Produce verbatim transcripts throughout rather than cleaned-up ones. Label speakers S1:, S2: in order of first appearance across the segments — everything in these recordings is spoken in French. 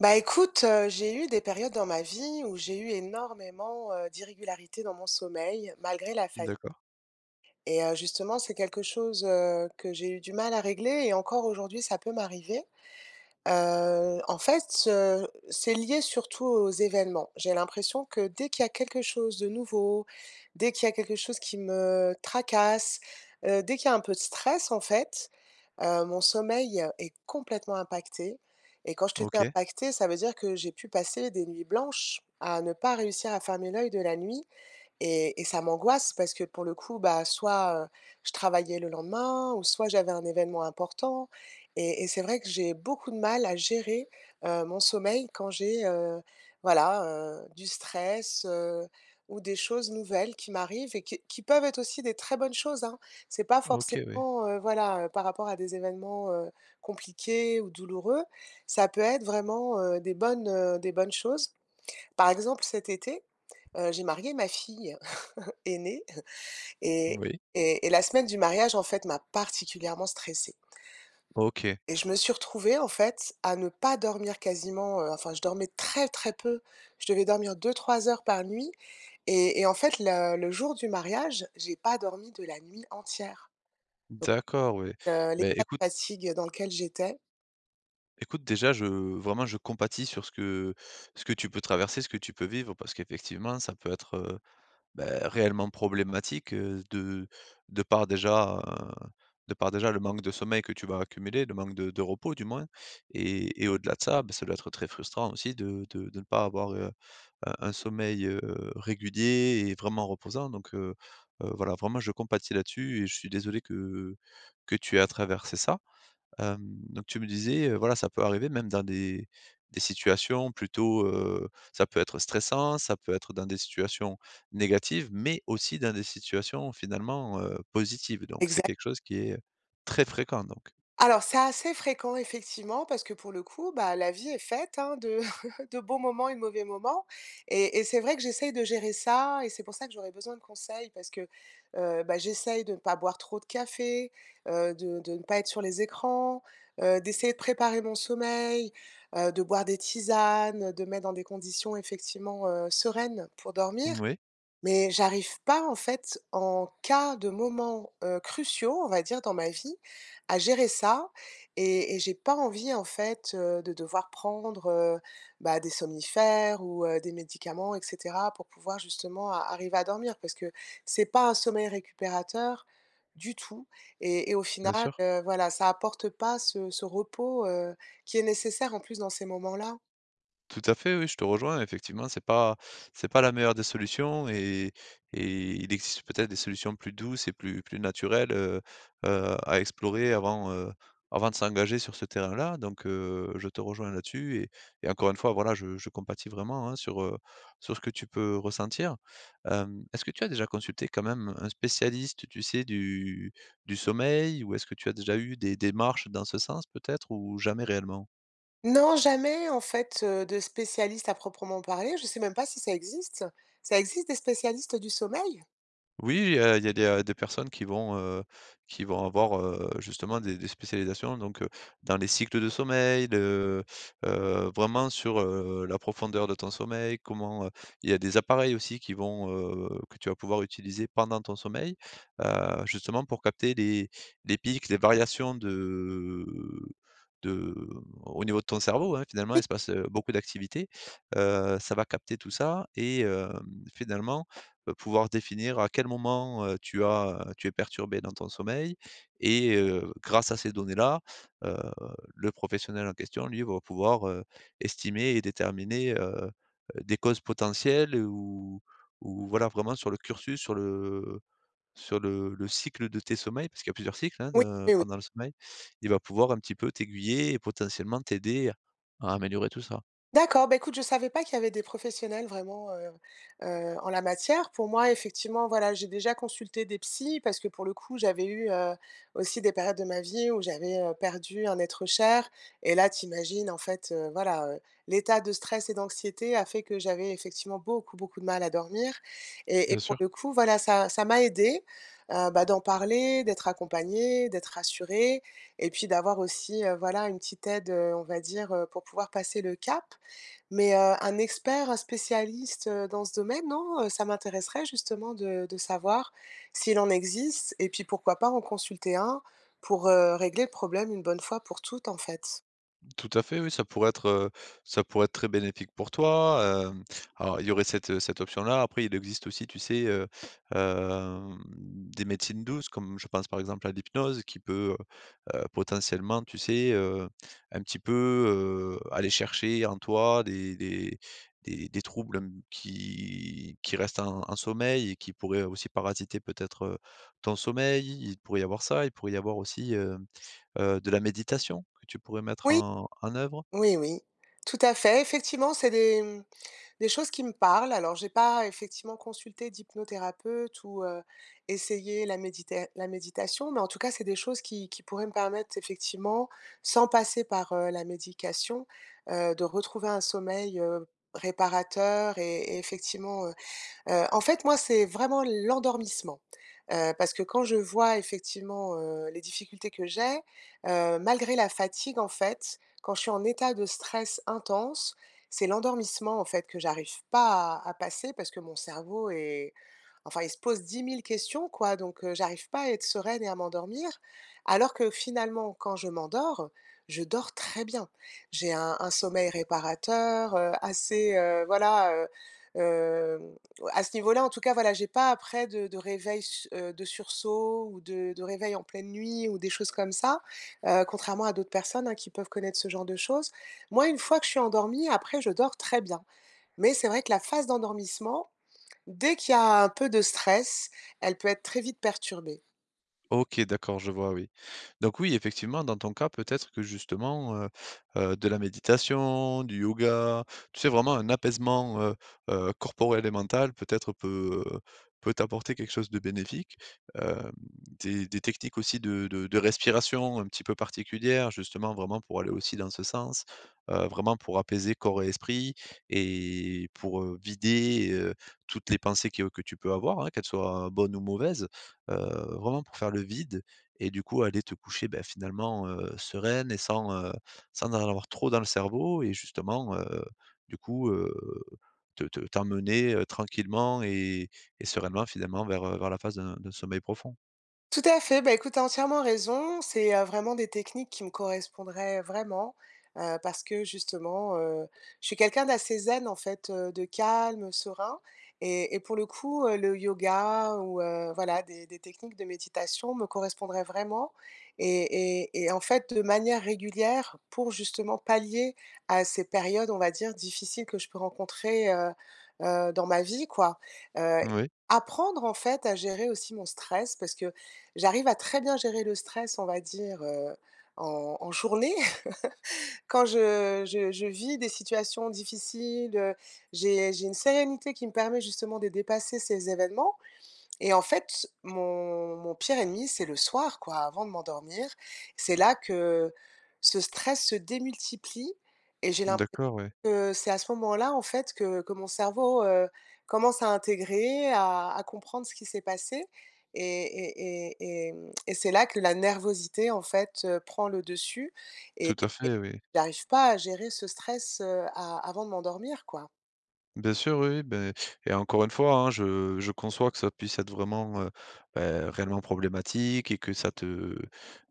S1: Bah écoute, heu, j'ai eu des périodes dans ma vie où j'ai eu énormément, heu, d'irrégularités dans mon sommeil, malgré la fatigue.
S2: D'accord.
S1: et heu, justement, c'est quelque chose, heu, que j'ai eu du mal à régler et encore aujourd'hui, ça peut m'arriver. Heu, en fait, heu, c'est lié surtout aux événements. J'ai l'impression que dès qu'il y a quelque chose de nouveau, dès qu'il y a quelque chose qui me tracasse, heu, dès qu'il y a un peu de stress, en fait, heu, mon sommeil est complètement impacté, et quand je te dis
S2: OK.
S1: impacté, ça veut dire que j'ai pu passer des nuits blanches à ne pas réussir à fermer l'œil de la nuit, et et ça m'angoisse parce que pour le coup, bah, soit, heu, je travaillais le lendemain ou soit j'avais un événement important, et et c'est vrai que j'ai beaucoup de mal à gérer, heu, mon sommeil quand j'ai, heu, voilà, heu, du stress, heu, ou des choses nouvelles qui m'arrivent et qui qui peuvent être aussi des très bonnes choses, hein. C'est pas
S2: OK, oui.
S1: forcément, heu, voilà, heu, par rapport à des événements, heu, compliqués ou douloureux. Ça peut être vraiment, heu, des bonnes, heu, des bonnes choses. Par exemple, cet été, heu, j'ai marié ma fille aîné, et
S2: Oui.
S1: et et la semaine du mariage, en fait, m'a particulièrement stressée,
S2: OK.
S1: et je me suis retrouvée, en fait, à ne pas dormir quasiment, heu, enfin, je dormais très, très peu. Je devais dormir deux trois heures par nuit, et et en fait, le le jour du mariage, j'ai pas dormi de la nuit entière.
S2: D'accord, oui.
S1: Heu,
S2: Ben
S1: l'état de
S2: écoute
S1: fatigue dans lequel j'étais.
S2: écoute déjà je vraiment je compatis sur ce que ce que tu peux traverser, ce que tu peux vivre parce qu'effectivement ça peut être, heu, beh, réellement problématique, heu, de de par déjà, heu, de par déjà le manque de sommeil que tu vas accumuler, le manque de de repos du moins. Et et au-delà de ça, beh, ça doit être très frustrant aussi de de de ne pas avoir un un sommeil, heu, régulier et vraiment reposant. Donc heu heu, voilà, vraiment je compatis là-dessus et je suis désolé que que tu aies à traverser ça. Hem, donc tu me disais, heu, voilà, ça peut arriver même dans des des situations plutôt, heu, ça peut être stressant, ça peut être dans des situations négatives, mais aussi dans des situations finalement, heu, positives. Donc c'est quelque
S1: Exactement.
S2: chose qui est très fréquent donc.
S1: Alors c'est assez fréquent effectivement parce que pour le coup, bah, la vie est faite, hein, de de bons moments et de mauvais moments, et et c'est vrai que j'essaye de gérer ça et c'est pour ça que j'aurais besoin de conseils parce que, heu, bah, j'essaye de ne pas boire trop de café, heu, de de ne pas être sur les écrans, heu, d'essayer de préparer mon sommeil, heu, de boire des tisanes, de mettre dans des conditions effectivement, heu, sereines pour dormir.
S2: Oui,
S1: Mais j'arrive pas en fait, en cas de moments, heu, cruciaux, on va dire, dans ma vie, à gérer ça, et et j'ai pas envie en fait, heu, de devoir prendre, heu, bah, des somnifères ou heu, des médicaments et cetera pour pouvoir justement a arriver à dormir parce que c'est pas un sommeil récupérateur du tout, et et au
S2: bien
S1: final,
S2: sûr.
S1: heu, voilà, ça apporte pas ce ce repos, heu, qui est nécessaire en plus dans ces moments-là.
S2: Tout à fait, oui, je te rejoins. Effectivement, c'est pas c'est pas la meilleure des solutions et et il existe peut-être des solutions plus douces et plus plus naturelles, heu heu, à explorer avant, heu, avant de s'engager sur ce terrain-là. Donc heu, je te rejoins là-dessus. et et encore une fois, voilà, je je compatis vraiment, hein, sur, heu, sur ce que tu peux ressentir. Hem, est-ce que tu as déjà consulté quand même un spécialiste, tu sais, du du sommeil, ou est-ce que tu as déjà eu des démarches dans ce sens peut-être, ou jamais réellement?
S1: Non, jamais en fait, heu, de spécialiste à proprement parler. Je sais même pas si ça existe. Ça existe des spécialistes du sommeil?
S2: Oui, heu, il y a des, heu, des personnes qui vont, heu, qui vont avoir, heu, justement des des spécialisations donc, heu, dans les cycles de sommeil, le heu, vraiment sur, heu, la profondeur de ton sommeil, comment… heu Il y a des appareils aussi qui vont, heu, que tu vas pouvoir utiliser pendant ton sommeil, heu, justement pour capter les les pics, les variations de de au niveau de ton cerveau, hein. Finalement, il
S1: Oui,
S2: se passe, heu, beaucoup d'activités, heu, ça va capter tout ça. Et hem, finalement heu, pouvoir définir à quel moment, heu, tu as, euh, tu es perturbé dans ton sommeil. Et heu, grâce à ces données-là, heu, le professionnel en question, lui, va pouvoir, heu, estimer et déterminer, heu, des causes potentielles, ou ou voilà, vraiment sur le cursus, sur le sur le le cycle de tes sommeils, parce qu'il y a plusieurs cycles, hein,
S1: oui,
S2: de
S1: oui, oui.
S2: pendant le sommeil. Il va pouvoir un petit peu t'aiguiller et potentiellement t'aider à améliorer tout ça.
S1: D'accord, bah, écoute, je savais pas qu'il y avait des professionnels vraiment, heu heu, en la matière. Pour moi, effectivement, voilà, j'ai déjà consulté des psys parce que pour le coup, j'avais eu, heu, aussi des périodes de ma vie où j'avais, heu, perdu un être cher et là, t'imagines, en fait, heu, voilà, heu, l'état de stress et d'anxiété a fait que j'avais effectivement beaucoup, beaucoup de mal à dormir, et et pour le coup, voilà, ça ça m'a aidé, bah, d'en parler, d'être accompagnée, d'être rassurée et puis d'avoir aussi, heu, voilà, une petite aide, heu, on va dire, heu, pour pouvoir passer le cap. Mais, heu, un expert, un spécialiste, heu, dans ce domaine, non? Heu, ça m'intéresserait justement de de savoir s'il en existe et puis pourquoi pas en consulter un pour, heu, régler le problème une bonne fois pour toutes, en fait.
S2: Tout à fait, oui, ça pourrait être, heu, ça pourrait être très bénéfique pour toi. Hem, alors il y aurait cette, cette option-là. Après, il existe aussi, tu sais, heu, hem, des médecines douces, comme je pense par exemple à l'hypnose, qui peut, heu potentiellement, tu sais, heu, un petit peu, heu, aller chercher en toi des des des des troubles, hem, qui qui restent en en sommeil et qui pourraient aussi parasiter peut-être, heu, ton sommeil. Il pourrait y avoir ça, il pourrait y avoir aussi, heu, de la méditation que tu pourrais mettre
S1: Oui,
S2: en en œuvre.
S1: oui, oui, tout à fait. Effectivement, c'est des mmh, des choses qui me parlent. Alors, j'ai pas effectivement consulté d'hypnothérapeute ou, heu, essayé la médita la méditation, mais en tout cas, c'est des choses qui qui pourraient me permettre effectivement, sans passer par, heu, la médication, heu, de retrouver un sommeil, heu, réparateur et et effectivement, Heu, en fait, moi, c'est vraiment l'endormissement, heu, parce que quand je vois effectivement, heu, les difficultés que j'ai, heu, malgré la fatigue, en fait, quand je suis en état de stress intense, c'est l'endormissement, en fait, que j'arrive pas à à passer parce que mon cerveau est enfin, il se pose dix mille questions, quoi, donc heu, j'arrive pas à être sereine et à m'endormir. Alors que finalement, quand je m'endors, je dors très bien. J'ai un un sommeil réparateur, heu, assez, heu, voilà, heu, hem à ce niveau-là, en tout cas, voilà, j'ai pas après de de réveil su heu, de sursaut ou de de réveil en pleine nuit ou des choses comme ça, heu, contrairement à d'autres personnes, hein, qui peuvent connaître ce genre de choses. Moi, une fois que je suis endormie, après, je dors très bien. Mais c'est vrai que la phase d'endormissement, dès qu'il y a un peu de stress, elle peut être très vite perturbée.
S2: OK, d'accord, je vois, oui. Donc oui, effectivement, dans ton cas, peut-être que justement, heu heu, de la méditation, du yoga, tu sais, vraiment un apaisement, heu heu, corporel et mental peut-être peut, euh, peut t'apporter quelque chose de bénéfique. Hem, des des techniques aussi de de de respiration un petit peu particulières, justement, vraiment pour aller aussi dans ce sens, heu, vraiment pour apaiser corps et esprit, et pour, heu, vider, heu, toutes les pensées que que tu peux avoir, hein, qu'elles soient bonnes ou mauvaises, heu, vraiment pour faire le vide et du coup aller te coucher, bah, finalement, heu, sereine et sans, heu, sans en avoir trop dans le cerveau. Et justement, heu, du coup, heu, te te t'emmener, heu, tranquillement et et sereinement finalement vers, heu, vers la phase d'un d'un sommeil profond.
S1: Tout à fait, bah, écoute, tu as entièrement raison. C'est, heu, vraiment des techniques qui me correspondraient vraiment, heu, parce que justement, heu, je suis quelqu'un d'assez zen en fait, heu, de calme, serein, et et pour le coup, heu, le yoga ou, heu, voilà des des techniques de méditation me correspondraient vraiment, et et et en fait de manière régulière pour justement pallier à ces périodes, on va dire, difficiles que je peux rencontrer, heu heu, dans ma vie quoi, heu,
S2: Oui,
S1: apprendre en fait à gérer aussi mon stress parce que j'arrive à très bien gérer le stress, on va dire, heu, en en journée. Quand je je je vis des situations difficiles, heu, j'ai j'ai une sérénité qui me permet justement de dépasser ces événements, et en fait, mon mon pire ennemi, c'est le soir, quoi, avant de m'endormir. C'est là que ce stress se démultiplie et j'ai l'impression
S2: d'accord, oui.
S1: Heu, c'est à ce moment-là, en fait, que que mon cerveau, heu, commence à intégrer, à à comprendre ce qui s'est passé et et et et mmh et c'est là que la nervosité, en fait, heu, prend le dessus,
S2: Tout
S1: et
S2: à
S1: et
S2: fait, oui.
S1: j'arrive pas à gérer ce stress, heu, a avant de m'endormir, quoi.
S2: Bien sûr, oui, oui, beh, et encore une fois, hein, je je conçois que ça puisse être vraiment, heu, bah, réellement problématique et que ça te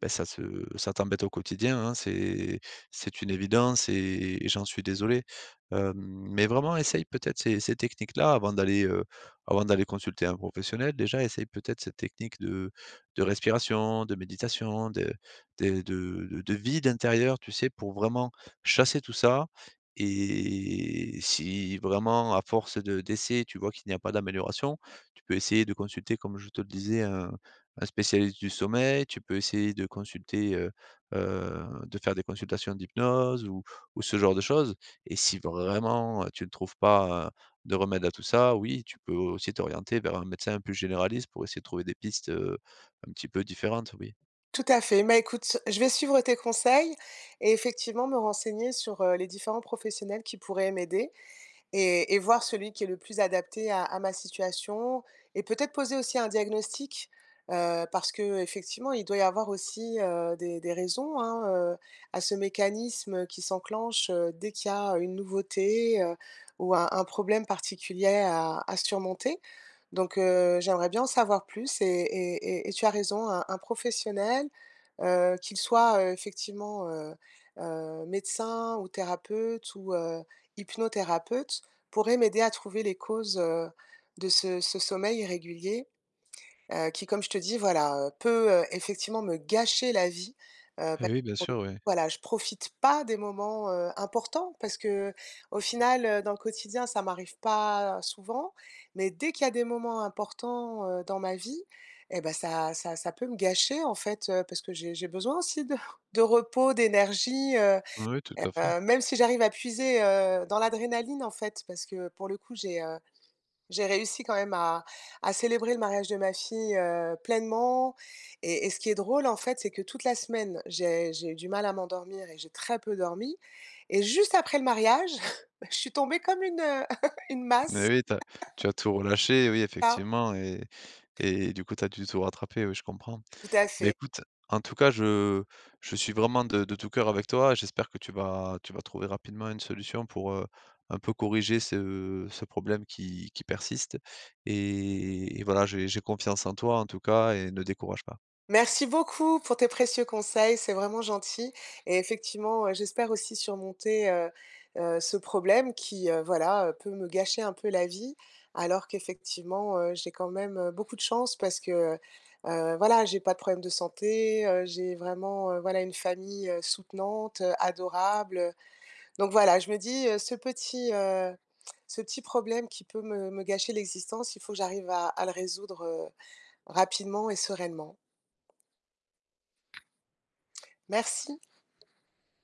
S2: bah, ça te ça t'embête au quotidien, hein. C'est c'est une évidence, et et j'en suis désolé. Hem, mais vraiment essaye peut-être ces ces techniques-là avant d'aller, heu, avant d'aller consulter un professionnel. Déjà, essaye peut-être cette technique de de respiration, de méditation, de de de de de vide intérieur, tu sais? Pour vraiment chasser tout ça. Et si vraiment, à force de d'essais, tu vois qu'il n'y a pas d'amélioration, tu peux essayer de consulter, comme je te le disais, un un spécialiste du sommeil. Tu peux essayer de consulter, heu heu, de faire des consultations d'hypnose, ou ou ce genre de choses. Et si vraiment, heu, tu ne trouves pas, heu, de remède à tout ça, oui, tu peux aussi t'orienter vers un médecin plus généraliste pour essayer de trouver des pistes, heu, un petit peu différentes, oui.
S1: Tout à fait. Bah, écoute, je vais suivre tes conseils et effectivement me renseigner sur, heu, les différents professionnels qui pourraient m'aider, et et voir celui qui est le plus adapté à à ma situation et peut-être poser aussi un diagnostic, heu, parce que effectivement il doit y avoir aussi, heu, des des raisons, hein, heu, à ce mécanisme qui s'enclenche, heu, dès qu'il y a une nouveauté, heu, ou un un problème particulier à à surmonter. Donc heu, j'aimerais bien en savoir plus et et et et tu as raison, un un professionnel, heu, qu'il soit, heu, effectivement, heu heu, médecin ou thérapeute ou heu, hypnothérapeute pourrait m'aider à trouver les causes, heu, de ce ce sommeil irrégulier, heu, qui comme je te dis voilà, heu, peut, heu, effectivement me gâcher la vie, heu, parce
S2: Eh
S1: que
S2: oui, bien
S1: pour le coup,
S2: sûr, oui.
S1: voilà, je profite pas des moments, heu, importants parce que, au final, heu, dans le quotidien, ça m'arrive pas souvent, mais dès qu'il y a des moments importants, heu, dans ma vie eh ben ça ça ça peut me gâcher en fait, heu, parce que j'ai j'ai besoin aussi de de repos, d'énergie, heu
S2: Oui, oui, tout à fait.
S1: Heu, même si j'arrive à puiser, heu, dans l'adrénaline, en fait, parce que pour le coup, j'ai, heu, j'ai réussi quand même à à célébrer le mariage de ma fille, heu, pleinement, et et ce qui est drôle, en fait, c'est que toute la semaine, j'ai j'ai eu du mal à m'endormir et j'ai très peu dormi, et juste après le mariage, je suis tombée comme une, heu, une
S2: Mais
S1: masse,
S2: oui, tu as tu as tout relâché, oui,
S1: là.
S2: effectivement. et Et du coup, tu as dû tout rattraper, oui, je comprends.
S1: Tout à
S2: Mais
S1: fait.
S2: écoute, en tout cas, je je suis vraiment de de tout cœur avec toi. J'espère que tu vas tu vas trouver rapidement une solution pour, heu, un peu corriger ce ce problème qui qui persiste. et et voilà, j'ai j'ai confiance en toi, en tout cas, et ne décourage pas.
S1: Merci beaucoup pour tes précieux conseils, c'est vraiment gentil et effectivement, heu, j'espère aussi surmonter, heu heu, ce problème qui, heu, voilà, heu, peut me gâcher un peu la vie. Alors qu'effectivement, heu, j'ai quand même, heu, beaucoup de chance parce que, heu voilà, j'ai pas de problème de santé, heu, j'ai vraiment, heu, voilà, une famille, heu, soutenante, heu, adorable, donc voilà, je me dis, heu, ce petit, heu, ce petit problème qui peut me me gâcher l'existence, il faut que j'arrive à à le résoudre, heu, rapidement et sereinement. Merci.